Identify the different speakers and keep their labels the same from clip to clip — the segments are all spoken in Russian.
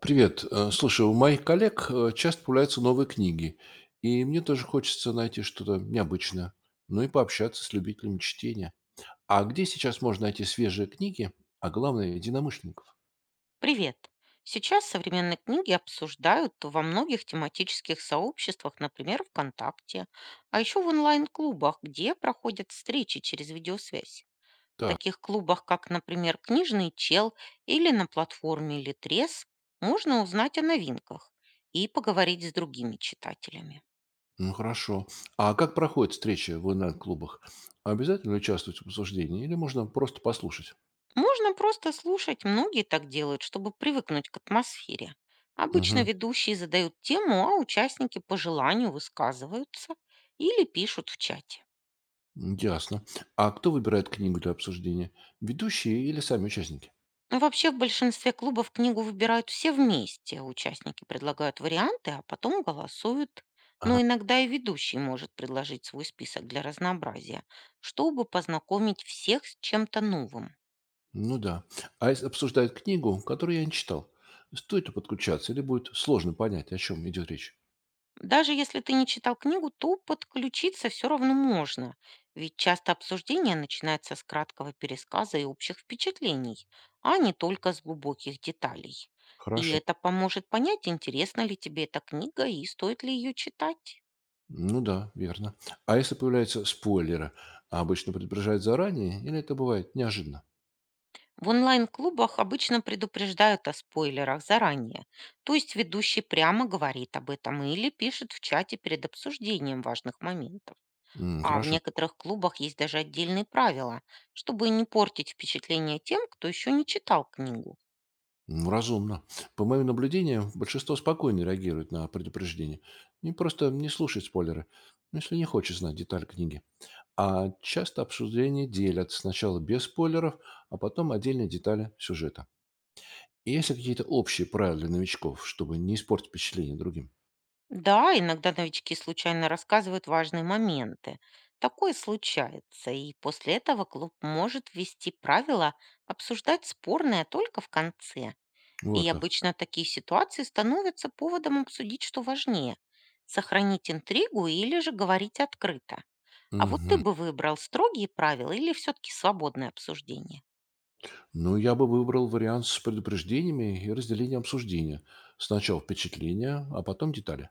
Speaker 1: Привет. Слушай, у моих коллег часто появляются новые книги, и мне тоже хочется найти что-то необычное, ну и пообщаться с любителями чтения. А где сейчас можно найти свежие книги, а главное, единомышленников?
Speaker 2: Привет! Сейчас современные книги обсуждают во многих тематических сообществах, например, ВКонтакте, а еще в онлайн-клубах, где проходят встречи через видеосвязь. В
Speaker 1: Так,
Speaker 2: таких клубах, как, например, «Книжный чел» или на платформе «Литрес», можно узнать о новинках и поговорить с другими читателями.
Speaker 1: ну хорошо. А как проходит встреча в онлайн-клубах? Обязательно участвовать в обсуждении или можно просто послушать?
Speaker 2: Можно просто слушать, многие так делают, чтобы привыкнуть к атмосфере. Обычно
Speaker 1: Угу,
Speaker 2: ведущие задают тему, а участники по желанию высказываются или пишут в чате.
Speaker 1: ясно. А кто выбирает книгу для обсуждения? Ведущие или сами участники?
Speaker 2: Ну, вообще в большинстве клубов книгу выбирают все вместе. Участники предлагают варианты, а потом голосуют. Но иногда и ведущий может предложить свой список для разнообразия, чтобы познакомить всех с чем-то новым.
Speaker 1: Ну да. А если обсуждают книгу, которую я не читал, стоит ли подключаться или будет сложно понять, о чем идет речь?
Speaker 2: Даже если ты не читал книгу, то подключиться все равно можно, ведь часто обсуждение начинается с краткого пересказа и общих впечатлений, а не только с глубоких деталей. И
Speaker 1: Хорошо.
Speaker 2: это поможет понять, интересна ли тебе эта книга и стоит ли ее читать.
Speaker 1: Ну да, верно. А если появляются спойлеры, а обычно предупреждают заранее или это бывает неожиданно?
Speaker 2: В онлайн-клубах обычно предупреждают о спойлерах заранее, то есть ведущий прямо говорит об этом или пишет в чате перед обсуждением важных моментов.
Speaker 1: М,
Speaker 2: А в
Speaker 1: хорошо.
Speaker 2: некоторых клубах есть даже отдельные правила, чтобы не портить впечатление тем, кто еще не читал книгу.
Speaker 1: М, разумно. По моим наблюдениям, большинство спокойно реагирует на предупреждение. И просто не слушает спойлеры, ну, если не хочет знать деталь книги. А часто обсуждения делят сначала без спойлеров, а потом отдельные детали сюжета. Есть ли какие-то общие правила для новичков, чтобы не испортить впечатление другим?
Speaker 2: Да, иногда новички случайно рассказывают важные моменты. Такое случается, и после этого клуб может ввести правила обсуждать спорное только в конце.
Speaker 1: Вот
Speaker 2: И
Speaker 1: как.
Speaker 2: обычно такие ситуации становятся поводом обсудить, что важнее — сохранить интригу или же говорить открыто. А вот ты
Speaker 1: Мгм.
Speaker 2: бы выбрал строгие правила или все-таки свободное обсуждение?
Speaker 1: Ну, я бы выбрал вариант с предупреждениями и разделением обсуждения. Сначала впечатления, а потом детали.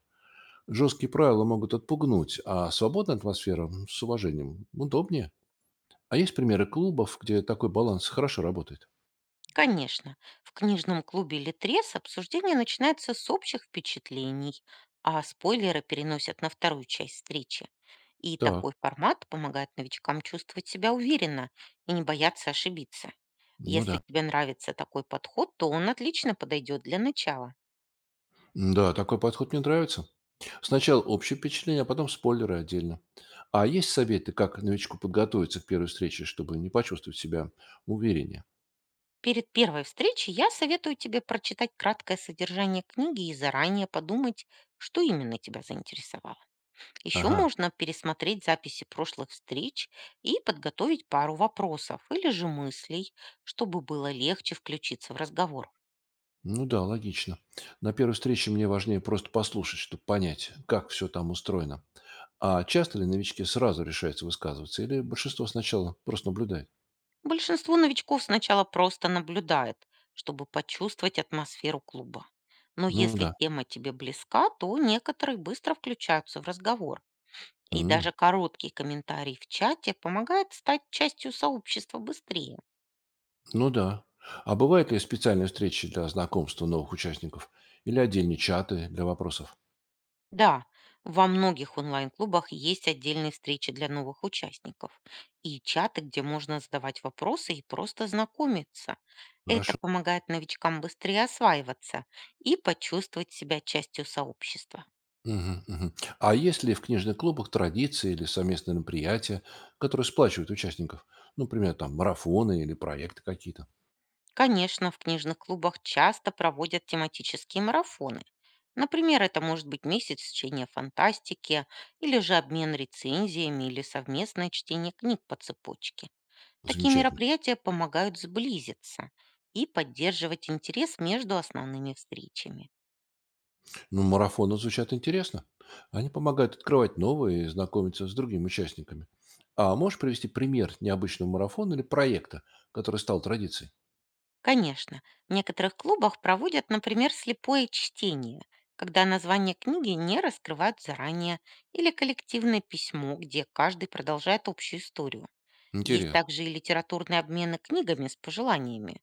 Speaker 1: Жесткие правила могут отпугнуть, а свободная атмосфера с уважением удобнее. А есть примеры клубов, где такой баланс хорошо работает?
Speaker 2: Конечно, в книжном клубе Литрес обсуждение начинается с общих впечатлений, а спойлеры переносят на вторую часть встречи. И
Speaker 1: Так,
Speaker 2: такой формат помогает новичкам чувствовать себя уверенно и не бояться ошибиться.
Speaker 1: ну
Speaker 2: Если
Speaker 1: да.
Speaker 2: тебе нравится такой подход, то он отлично подойдет для начала.
Speaker 1: Да, такой подход мне нравится. Сначала общее впечатление, а потом спойлеры отдельно. А есть советы, как новичку подготовиться к первой встрече, чтобы не почувствовать себя увереннее?
Speaker 2: Перед первой встречей я советую тебе прочитать краткое содержание книги и заранее подумать, что именно тебя заинтересовало. Еще
Speaker 1: Ага,
Speaker 2: можно пересмотреть записи прошлых встреч и подготовить пару вопросов или же мыслей, чтобы было легче включиться в разговор.
Speaker 1: ну да, логично. На первой встрече мне важнее просто послушать, чтобы понять, как все там устроено. А часто ли новички сразу решаются высказываться, или большинство сначала просто наблюдает?
Speaker 2: Большинство новичков сначала просто наблюдает, чтобы почувствовать атмосферу клуба. Но
Speaker 1: Ну
Speaker 2: если
Speaker 1: да.
Speaker 2: тема тебе близка, то некоторые быстро включаются в разговор. И
Speaker 1: М,
Speaker 2: даже короткий комментарий в чате помогает стать частью сообщества быстрее.
Speaker 1: ну да. А бывают ли специальные встречи для знакомства новых участников? Или отдельные чаты для вопросов?
Speaker 2: Да, во многих онлайн-клубах есть отдельные встречи для новых участников и чаты, где можно задавать вопросы и просто знакомиться. Это
Speaker 1: Хорошо.
Speaker 2: помогает новичкам быстрее осваиваться и почувствовать себя частью сообщества.
Speaker 1: Мгм, мгм. А есть ли в книжных клубах традиции или совместные мероприятия, которые сплачивают участников? Ну, например, там марафоны или проекты какие-то.
Speaker 2: Конечно, в книжных клубах часто проводят тематические марафоны. Например, это может быть месяц чтения фантастики, или же обмен рецензиями, или совместное чтение книг по цепочке. Такие
Speaker 1: Замечательно.
Speaker 2: мероприятия помогают сблизиться и поддерживать интерес между основными встречами.
Speaker 1: Ну, марафоны звучат интересно. Они помогают открывать новые и знакомиться с другими участниками. А можешь привести пример необычного марафона или проекта, который стал традицией?
Speaker 2: Конечно, в некоторых клубах проводят, например, слепое чтение, когда название книги не раскрывают заранее, или коллективное письмо, где каждый продолжает общую историю. Есть
Speaker 1: Интересно.
Speaker 2: также и литературные обмены книгами с пожеланиями.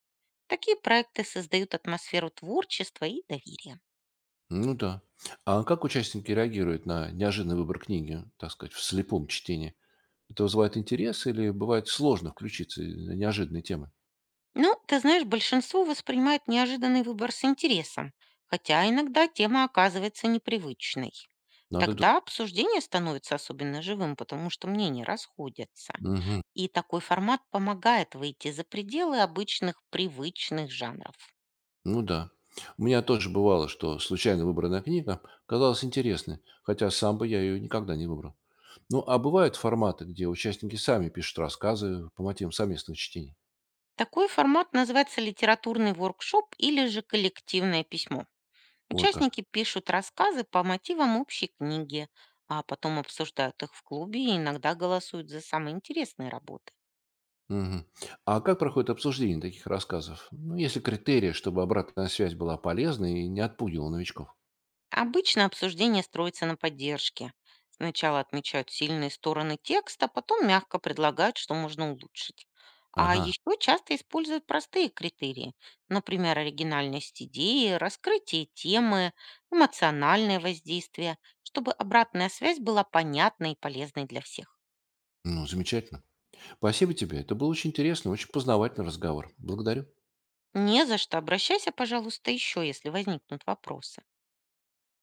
Speaker 2: Такие проекты создают атмосферу творчества и доверия.
Speaker 1: Ну да. А как участники реагируют на неожиданный выбор книги, так сказать, в слепом чтении? Это вызывает интерес или бывает сложно включиться из-за неожиданной темы?
Speaker 2: Ну, ты знаешь, большинство воспринимает неожиданный выбор с интересом, хотя иногда тема оказывается непривычной.
Speaker 1: Надо ду...
Speaker 2: Тогда обсуждение становится особенно живым, потому что мнения расходятся.
Speaker 1: Мгм.
Speaker 2: И такой формат помогает выйти за пределы обычных привычных жанров.
Speaker 1: Ну да. У меня тоже бывало, что случайно выбранная книга казалась интересной, хотя сам бы я ее никогда не выбрал. Ну, а бывают форматы, где участники сами пишут рассказы по мотивам совместных чтений.
Speaker 2: Такой формат называется литературный воркшоп или же коллективное письмо.
Speaker 1: Вот как.
Speaker 2: Участники пишут рассказы по мотивам общей книги, а потом обсуждают их в клубе и иногда голосуют за самые интересные работы.
Speaker 1: Мгм. А как проходит обсуждение таких рассказов? Ну, если критерии, чтобы обратная связь была полезной и не отпугивала новичков.
Speaker 2: Обычно обсуждение строится на поддержке. Сначала отмечают сильные стороны текста, а потом мягко предлагают, что можно улучшить. А
Speaker 1: Ага.
Speaker 2: еще часто используют простые критерии, например, оригинальность идеи, раскрытие темы, эмоциональное воздействие, чтобы обратная связь была понятной и полезной для всех.
Speaker 1: Ну, замечательно. Спасибо тебе. Это был очень интересный, очень познавательный разговор. Благодарю.
Speaker 2: Не за что, обращайся, пожалуйста, еще, если возникнут вопросы.